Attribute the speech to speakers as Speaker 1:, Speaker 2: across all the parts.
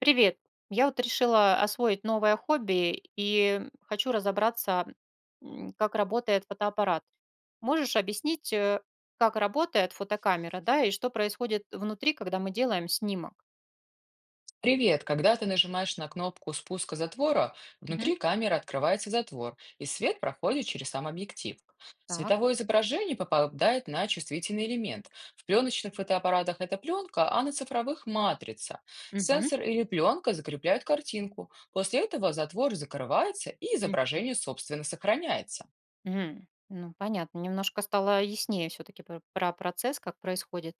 Speaker 1: Привет. Я вот решила освоить новое хобби и хочу разобраться, как работает фотоаппарат. Можешь объяснить, как работает фотокамера, да, и что происходит внутри, когда мы делаем снимок?
Speaker 2: Привет! Когда ты нажимаешь на кнопку спуска затвора,
Speaker 1: Мгм.
Speaker 2: внутри камеры открывается затвор, и свет проходит через сам объектив.
Speaker 1: Так.
Speaker 2: Световое изображение попадает на чувствительный элемент. В пленочных фотоаппаратах это пленка, а на цифровых – матрица.
Speaker 1: Мгм.
Speaker 2: Сенсор или пленка закрепляют картинку. После этого затвор закрывается, и
Speaker 1: М,
Speaker 2: изображение, собственно, сохраняется.
Speaker 1: мгм. Ну, понятно. Немножко стало яснее все-таки про процесс, как происходит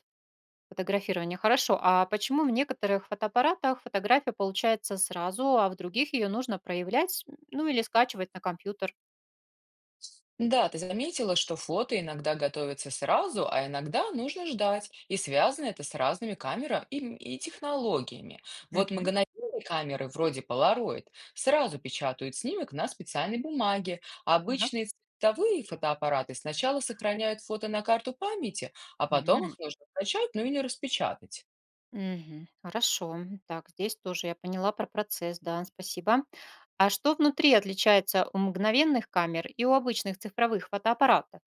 Speaker 1: фотографирование. Хорошо. А почему в некоторых фотоаппаратах фотография получается сразу, а в других ее нужно проявлять, ну или скачивать на компьютер?
Speaker 2: Да, ты заметила, что фото иногда готовится сразу, а иногда нужно ждать. И связано это с разными камерами и технологиями. Вот мгновенные камеры, вроде Polaroid, сразу печатают снимок на специальной бумаге. А
Speaker 1: Так.
Speaker 2: обычные цветовые фотоаппараты сначала сохраняют фото на карту памяти, а потом
Speaker 1: Мгм.
Speaker 2: их нужно скачать, ну или распечатать.
Speaker 1: Мгм. Хорошо. Так, здесь тоже я поняла про процесс, да, спасибо. А что внутри отличается у мгновенных камер и у обычных цифровых фотоаппаратов?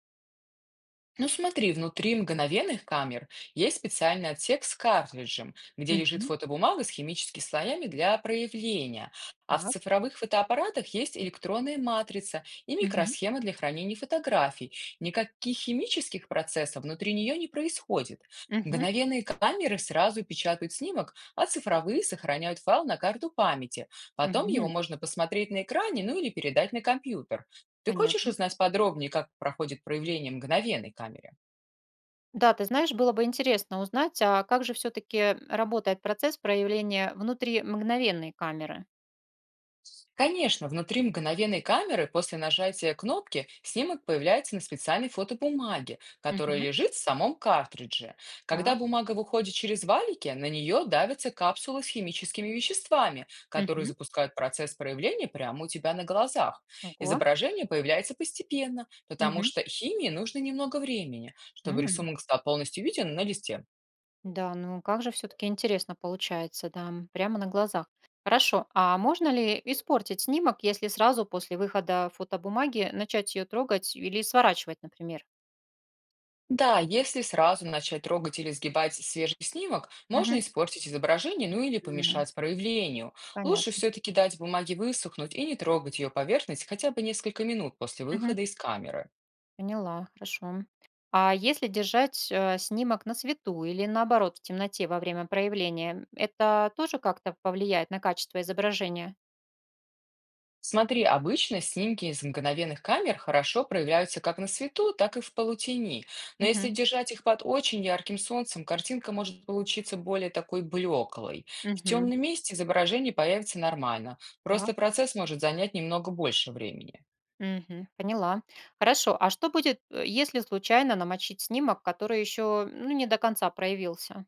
Speaker 2: Ну смотри, внутри мгновенных камер есть специальный отсек с картриджем, где лежит
Speaker 1: Мгм.
Speaker 2: фотобумага с химическими слоями для проявления. А в
Speaker 1: Так.
Speaker 2: цифровых фотоаппаратах есть электронная матрица и
Speaker 1: Мгм.
Speaker 2: микросхема для хранения фотографий. Никаких химических процессов внутри нее не происходит.
Speaker 1: Мгм.
Speaker 2: Мгновенные камеры сразу печатают снимок, а цифровые сохраняют файл на карту памяти. Потом его
Speaker 1: Мгм.
Speaker 2: можно посмотреть на экране, ну или передать на компьютер. Ты хочешь
Speaker 1: Понятно.
Speaker 2: узнать подробнее, как проходит проявление мгновенной камеры?
Speaker 1: Да, ты знаешь, было бы интересно узнать, а как же все-таки работает процесс проявления внутри мгновенной камеры?
Speaker 2: Конечно, внутри мгновенной камеры после нажатия кнопки снимок появляется на специальной фотобумаге, которая
Speaker 1: Мгм.
Speaker 2: лежит в самом картридже. Когда
Speaker 1: Так.
Speaker 2: бумага выходит через валики, на нее давятся капсулы с химическими веществами, которые
Speaker 1: Мгм.
Speaker 2: запускают процесс проявления прямо у тебя на глазах.
Speaker 1: Ого.
Speaker 2: Изображение появляется постепенно, потому
Speaker 1: Мгм.
Speaker 2: что химии нужно немного времени, чтобы
Speaker 1: М.
Speaker 2: рисунок стал полностью виден на листе.
Speaker 1: Да, ну как же все-таки интересно получается, да, прямо на глазах. Хорошо, а можно ли испортить снимок, если сразу после выхода фотобумаги начать ее трогать или сворачивать, например?
Speaker 2: Да, если сразу начать трогать или сгибать свежий снимок,
Speaker 1: Мгм.
Speaker 2: можно испортить изображение, ну или
Speaker 1: М,
Speaker 2: помешать проявлению. Лучше
Speaker 1: понятно.
Speaker 2: все-таки дать бумаге высохнуть и не трогать ее поверхность хотя бы несколько минут после
Speaker 1: Мгм.
Speaker 2: выхода из камеры.
Speaker 1: Поняла, хорошо. А если держать снимок на свету или наоборот в темноте во время проявления, это тоже как-то повлияет на качество изображения?
Speaker 2: Смотри, обычно снимки из мгновенных камер хорошо проявляются как на свету, так и в полутени. Но
Speaker 1: Угу.
Speaker 2: если держать их под очень ярким солнцем, картинка может получиться более такой блеклой. В
Speaker 1: Угу.
Speaker 2: темном месте изображение появится нормально, просто процесс может занять немного больше времени.
Speaker 1: Мгм. Поняла. Хорошо. А что будет, если случайно намочить снимок, который еще, ну, не до конца проявился?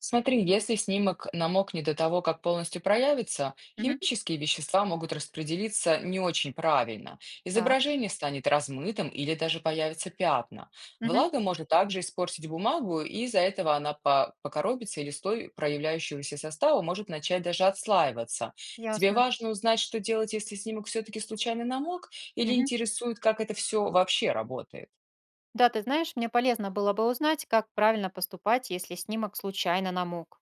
Speaker 2: Смотри, если снимок намокнет до того, как полностью проявится,
Speaker 1: Мгм.
Speaker 2: химические вещества могут распределиться не очень правильно.
Speaker 1: Так.
Speaker 2: Изображение станет размытым или даже появятся пятна.
Speaker 1: Мгм.
Speaker 2: Влага может также испортить бумагу, и из-за этого она покоробится, или слой проявляющегося состава может начать даже отслаиваться. Тебе
Speaker 1: Ясно.
Speaker 2: важно узнать, что делать, если снимок все-таки случайно намок, или
Speaker 1: Мгм.
Speaker 2: интересует, как это все вообще работает?
Speaker 1: Да, ты знаешь, мне полезно было бы узнать, как правильно поступать, если снимок случайно намок.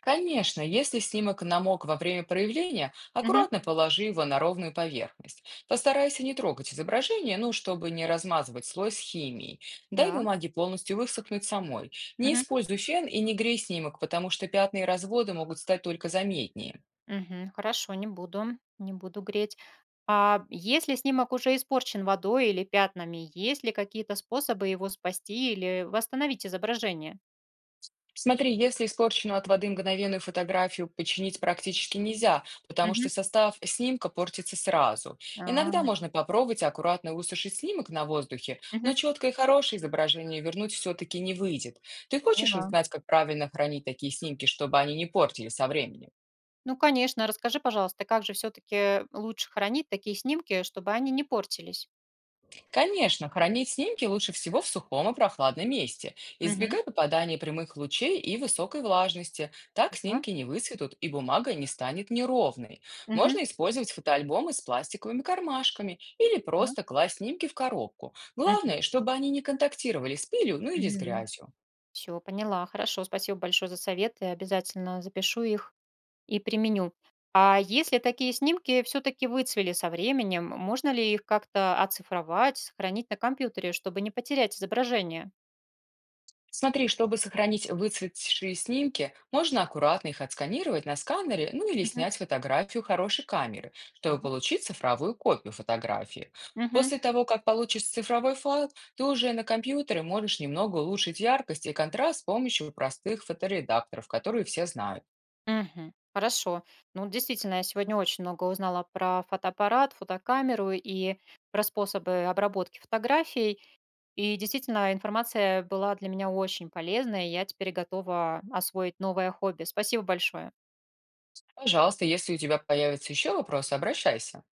Speaker 2: Конечно, если снимок намок во время проявления,
Speaker 1: Мгм.
Speaker 2: аккуратно положи его на ровную поверхность. Постарайся не трогать изображение, ну, чтобы не размазывать слой с химией. Дай
Speaker 1: Да.
Speaker 2: бумаге полностью высохнуть самой. Не
Speaker 1: Мгм.
Speaker 2: используй фен и не грей снимок, потому что пятна и разводы могут стать только заметнее.
Speaker 1: Мгм. Хорошо, не буду, не буду греть. А если снимок уже испорчен водой или пятнами, есть ли какие-то способы его спасти или восстановить изображение?
Speaker 2: Смотри, если испорченную от воды мгновенную фотографию починить практически нельзя, потому
Speaker 1: Мгм.
Speaker 2: что состав снимка портится сразу.
Speaker 1: А,
Speaker 2: Иногда можно попробовать аккуратно высушить снимок на воздухе, но
Speaker 1: мгм.
Speaker 2: четкое и хорошее изображение вернуть все-таки не выйдет. Ты хочешь
Speaker 1: Поняла.
Speaker 2: узнать, как правильно хранить такие снимки, чтобы они не портили со временем?
Speaker 1: Ну, конечно, расскажи, пожалуйста, как же все-таки лучше хранить такие снимки, чтобы они не портились?
Speaker 2: Конечно, хранить снимки лучше всего в сухом и прохладном месте.
Speaker 1: Мгм.
Speaker 2: Избегай попадания прямых лучей и высокой влажности. Так
Speaker 1: Ага.
Speaker 2: снимки не выцветут и бумага не станет неровной.
Speaker 1: Мгм.
Speaker 2: Можно использовать фотоальбомы с пластиковыми кармашками или
Speaker 1: Так.
Speaker 2: просто класть снимки в коробку.
Speaker 1: Мгм.
Speaker 2: Главное, чтобы они не контактировали с пылью, ну или с
Speaker 1: М.
Speaker 2: грязью.
Speaker 1: Всё, поняла. Хорошо, спасибо большое за советы. Обязательно запишу их и применю. А если такие снимки все-таки выцвели со временем, можно ли их как-то оцифровать, сохранить на компьютере, чтобы не потерять изображение?
Speaker 2: Смотри, чтобы сохранить выцветшие снимки, можно аккуратно их отсканировать на сканере, ну или
Speaker 1: Мгм.
Speaker 2: снять фотографию хорошей камеры, чтобы
Speaker 1: Так.
Speaker 2: получить цифровую копию фотографии.
Speaker 1: Мгм.
Speaker 2: После того, как получишь цифровой файл, ты уже на компьютере можешь немного улучшить яркость и контраст с помощью простых фоторедакторов, которые все знают.
Speaker 1: Мгм. Хорошо. Ну, вот действительно, я сегодня очень много узнала про фотоаппарат, фотокамеру и про способы обработки фотографий. И действительно, информация была для меня очень полезная. И я теперь готова освоить новое хобби. Спасибо большое.
Speaker 2: Пожалуйста, если у тебя появятся еще вопросы, обращайся.